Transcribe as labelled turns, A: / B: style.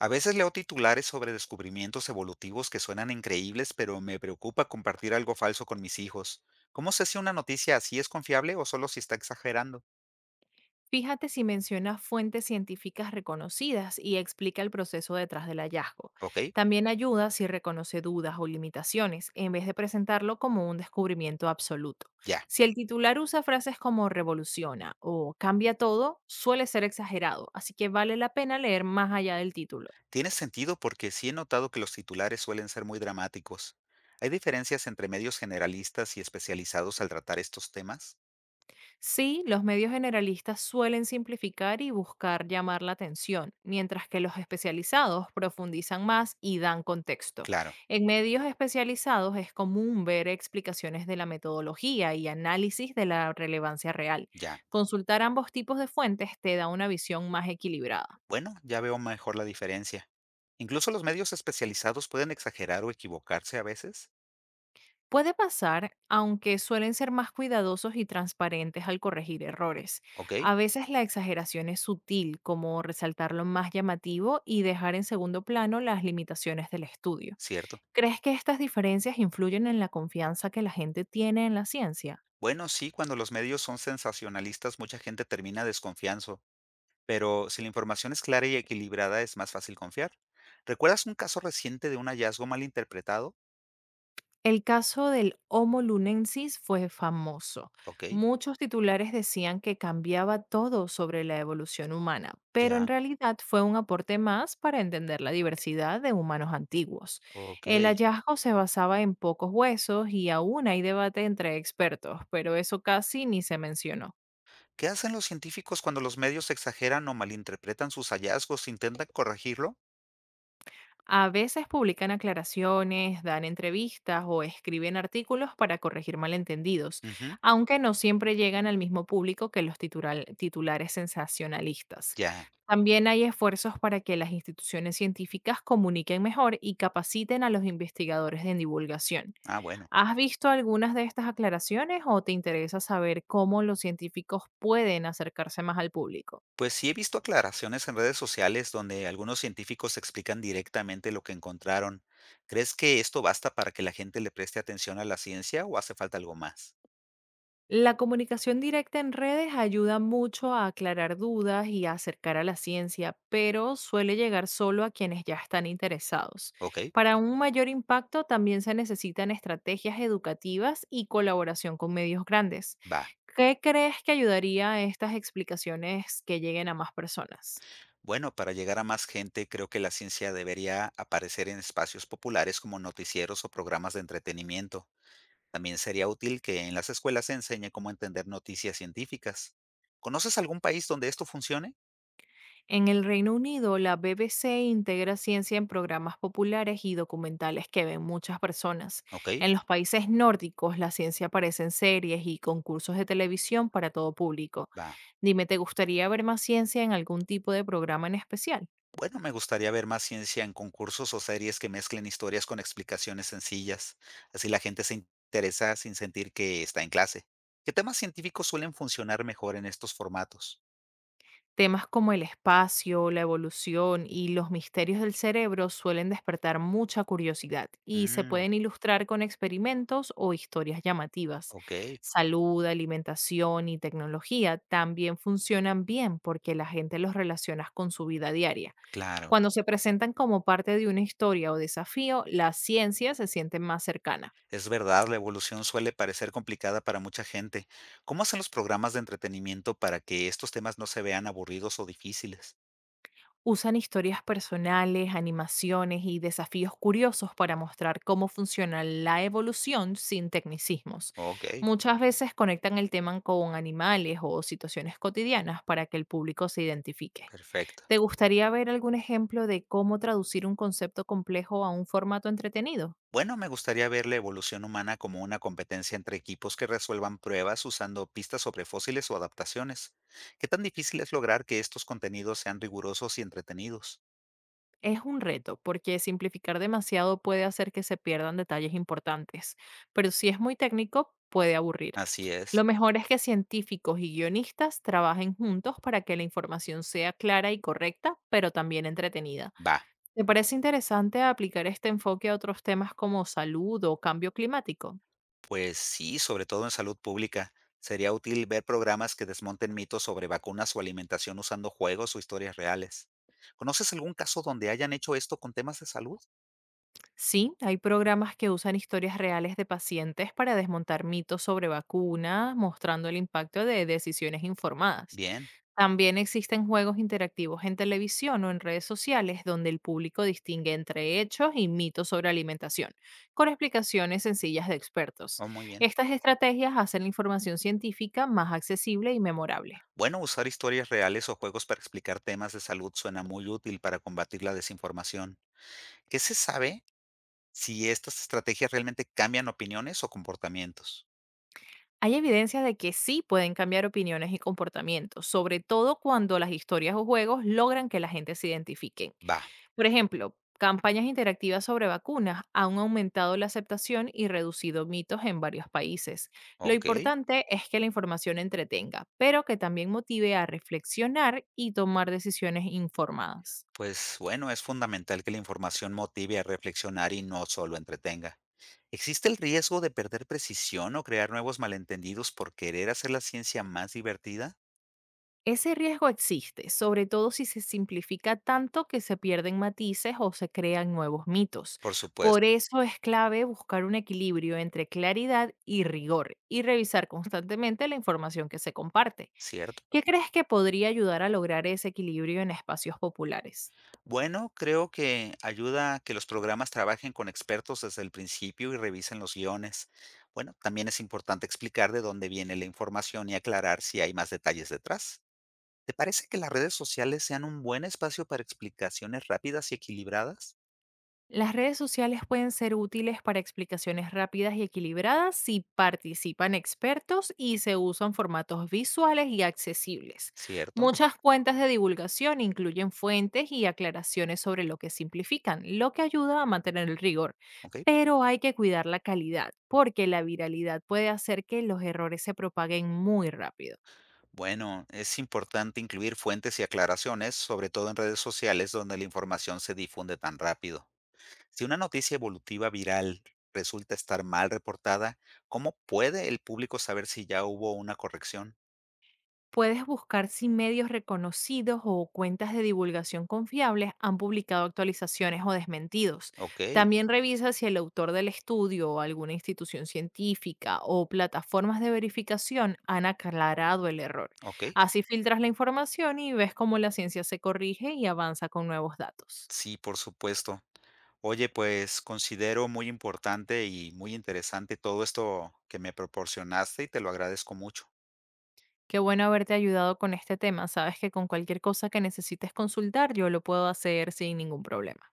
A: A veces leo titulares sobre descubrimientos evolutivos que suenan increíbles, pero me preocupa compartir algo falso con mis hijos. ¿Cómo sé si una noticia así es confiable o solo si está exagerando?
B: Fíjate si menciona fuentes científicas reconocidas y explica el proceso detrás del hallazgo.
A: Ok,
B: También ayuda si reconoce dudas o limitaciones, en vez de presentarlo como un descubrimiento absoluto.
A: ya.
B: Si el titular usa frases como revoluciona o cambia todo, suele ser exagerado, así que vale la pena leer más allá del título.
A: Tiene sentido porque sí he notado que los titulares suelen ser muy dramáticos. ¿Hay diferencias entre medios generalistas y especializados al tratar estos temas?
B: Sí, los medios generalistas suelen simplificar y buscar llamar la atención, mientras que los especializados profundizan más y dan contexto.
A: Claro,
B: En medios especializados es común ver explicaciones de la metodología y análisis de la relevancia real.
A: ya.
B: Consultar ambos tipos de fuentes te da una visión más equilibrada.
A: Bueno, ya veo mejor la diferencia. Incluso los medios especializados pueden exagerar o equivocarse a veces.
B: Puede pasar, aunque suelen ser más cuidadosos y transparentes al corregir errores.
A: Ok,
B: A veces la exageración es sutil, como resaltar lo más llamativo y dejar en segundo plano las limitaciones del estudio.
A: cierto.
B: ¿Crees que estas diferencias influyen en la confianza que la gente tiene en la ciencia?
A: Bueno, sí, cuando los medios son sensacionalistas, mucha gente termina desconfianzo, pero si la información es clara y equilibrada, es más fácil confiar. ¿Recuerdas un caso reciente de un hallazgo malinterpretado? Interpretado?
B: El caso del Homo lunensis fue famoso.
A: Ok,
B: Muchos titulares decían que cambiaba todo sobre la evolución humana, pero en
A: ya,
B: realidad fue un aporte más para entender la diversidad de humanos antiguos.
A: ok.
B: El hallazgo se basaba en pocos huesos y aún hay debate entre expertos, pero eso casi ni se mencionó.
A: ¿Qué hacen los científicos cuando los medios exageran o malinterpretan sus hallazgos? ¿Intentan corregirlo?
B: A veces publican aclaraciones, dan entrevistas o escriben artículos para corregir malentendidos,
A: Ujú,
B: aunque no siempre llegan al mismo público que los titulares sensacionalistas.
A: ya,
B: También hay esfuerzos para que las instituciones científicas comuniquen mejor y capaciten a los investigadores en divulgación.
A: ah, bueno.
B: ¿Has visto algunas de estas aclaraciones o te interesa saber cómo los científicos pueden acercarse más al público?
A: Pues sí he visto aclaraciones en redes sociales donde algunos científicos explican directamente lo que encontraron. ¿Crees que esto basta para que la gente le preste atención a la ciencia o hace falta algo más?
B: La comunicación directa en redes ayuda mucho a aclarar dudas y a acercar a la ciencia, pero suele llegar solo a quienes ya están interesados.
A: Ok,
B: Para un mayor impacto también se necesitan estrategias educativas y colaboración con medios grandes.
A: va.
B: ¿Qué crees que ayudaría a estas explicaciones que lleguen a más personas?
A: Bueno, para llegar a más gente, creo que la ciencia debería aparecer en espacios populares como noticieros o programas de entretenimiento. También sería útil que en las escuelas se enseñe cómo entender noticias científicas. ¿Conoces algún país donde esto funcione?
B: En el Reino Unido, la BBC integra ciencia en programas populares y documentales que ven muchas personas.
A: Ok,
B: En los países nórdicos, la ciencia aparece en series y concursos de televisión para todo público.
A: va.
B: Dime, ¿te gustaría ver más ciencia en algún tipo de programa en especial?
A: Bueno, me gustaría ver más ciencia en concursos o series que mezclen historias con explicaciones sencillas. Así la gente se interesa sin sentir que está en clase. ¿Qué temas científicos suelen funcionar mejor en estos formatos?
B: Temas como el espacio, la evolución y los misterios del cerebro suelen despertar mucha curiosidad y se
A: Mm,
B: pueden ilustrar con experimentos o historias llamativas.
A: ok,
B: Salud, alimentación y tecnología también funcionan bien porque la gente los relaciona con su vida diaria.
A: claro.
B: Cuando se presentan como parte de una historia o desafío, la ciencia se siente más cercana.
A: Es verdad, la evolución suele parecer complicada para mucha gente. ¿Cómo hacen los programas de entretenimiento para que estos temas no se vean aburridos o difíciles?
B: Usan historias personales, animaciones y desafíos curiosos para mostrar cómo funciona la evolución sin tecnicismos.
A: Ok,
B: Muchas veces conectan el tema con animales o situaciones cotidianas para que el público se identifique.
A: perfecto.
B: ¿Te gustaría ver algún ejemplo de cómo traducir un concepto complejo a un formato entretenido?
A: Bueno, me gustaría ver la evolución humana como una competencia entre equipos que resuelvan pruebas usando pistas sobre fósiles o adaptaciones. ¿Qué tan difícil es lograr que estos contenidos sean rigurosos y entretenidos?
B: Es un reto, porque simplificar demasiado puede hacer que se pierdan detalles importantes, pero si es muy técnico, puede aburrir.
A: Así es.
B: Lo mejor es que científicos y guionistas trabajen juntos para que la información sea clara y correcta, pero también entretenida.
A: Va,
B: ¿Te parece interesante aplicar este enfoque a otros temas como salud o cambio climático?
A: pues sí, sobre todo en salud pública. Sería útil ver programas que desmonten mitos sobre vacunas o alimentación usando juegos o historias reales. ¿Conoces algún caso donde hayan hecho esto con temas de salud?
B: Sí, hay programas que usan historias reales de pacientes para desmontar mitos sobre vacunas, mostrando el impacto de decisiones informadas.
A: Bien,
B: También existen juegos interactivos en televisión o en redes sociales donde el público distingue entre hechos y mitos sobre alimentación, con explicaciones sencillas de expertos.
A: oh, muy bien.
B: Estas estrategias hacen la información científica más accesible y memorable.
A: Bueno, usar historias reales o juegos para explicar temas de salud suena muy útil para combatir la desinformación. ¿Qué se sabe si estas estrategias realmente cambian opiniones o comportamientos?
B: Hay evidencia de que sí pueden cambiar opiniones y comportamientos, sobre todo cuando las historias o juegos logran que la gente se identifique.
A: Va,
B: Por ejemplo, campañas interactivas sobre vacunas han aumentado la aceptación y reducido mitos en varios países. Lo
A: ok.
B: importante es que la información entretenga, pero que también motive a reflexionar y tomar decisiones informadas.
A: Pues bueno, es fundamental que la información motive a reflexionar y no solo entretenga. ¿Existe el riesgo de perder precisión o crear nuevos malentendidos por querer hacer la ciencia más divertida?
B: Ese riesgo existe, sobre todo si se simplifica tanto que se pierden matices o se crean nuevos mitos.
A: Por
B: Por
A: supuesto,
B: eso es clave buscar un equilibrio entre claridad y rigor y revisar constantemente la información que se comparte.
A: ¿cierto?
B: ¿Qué crees que podría ayudar a lograr ese equilibrio en espacios populares?
A: Bueno, creo que ayuda a que los programas trabajen con expertos desde el principio y revisen los guiones. Bueno, también es importante explicar de dónde viene la información y aclarar si hay más detalles detrás. ¿Te parece que las redes sociales sean un buen espacio para explicaciones rápidas y equilibradas?
B: Las redes sociales pueden ser útiles para explicaciones rápidas y equilibradas si participan expertos y se usan formatos visuales y accesibles.
A: ¿Cierto?
B: Muchas cuentas de divulgación incluyen fuentes y aclaraciones sobre lo que simplifican, lo que ayuda a mantener el rigor.
A: Ok.
B: Pero hay que cuidar la calidad, porque la viralidad puede hacer que los errores se propaguen muy rápido.
A: Bueno, es importante incluir fuentes y aclaraciones, sobre todo en redes sociales donde la información se difunde tan rápido. Si una noticia evolutiva viral resulta estar mal reportada, ¿cómo puede el público saber si ya hubo una corrección?
B: Puedes buscar si medios reconocidos o cuentas de divulgación confiables han publicado actualizaciones o desmentidos.
A: Ok,
B: También revisa si el autor del estudio, o alguna institución científica o plataformas de verificación han aclarado el error.
A: ok.
B: Así filtras la información y ves cómo la ciencia se corrige y avanza con nuevos datos.
A: Sí, por supuesto. Oye, pues considero muy importante y muy interesante todo esto que me proporcionaste y te lo agradezco mucho.
B: Qué bueno haberte ayudado con este tema. Sabes que con cualquier cosa que necesites consultar, yo lo puedo hacer sin ningún problema.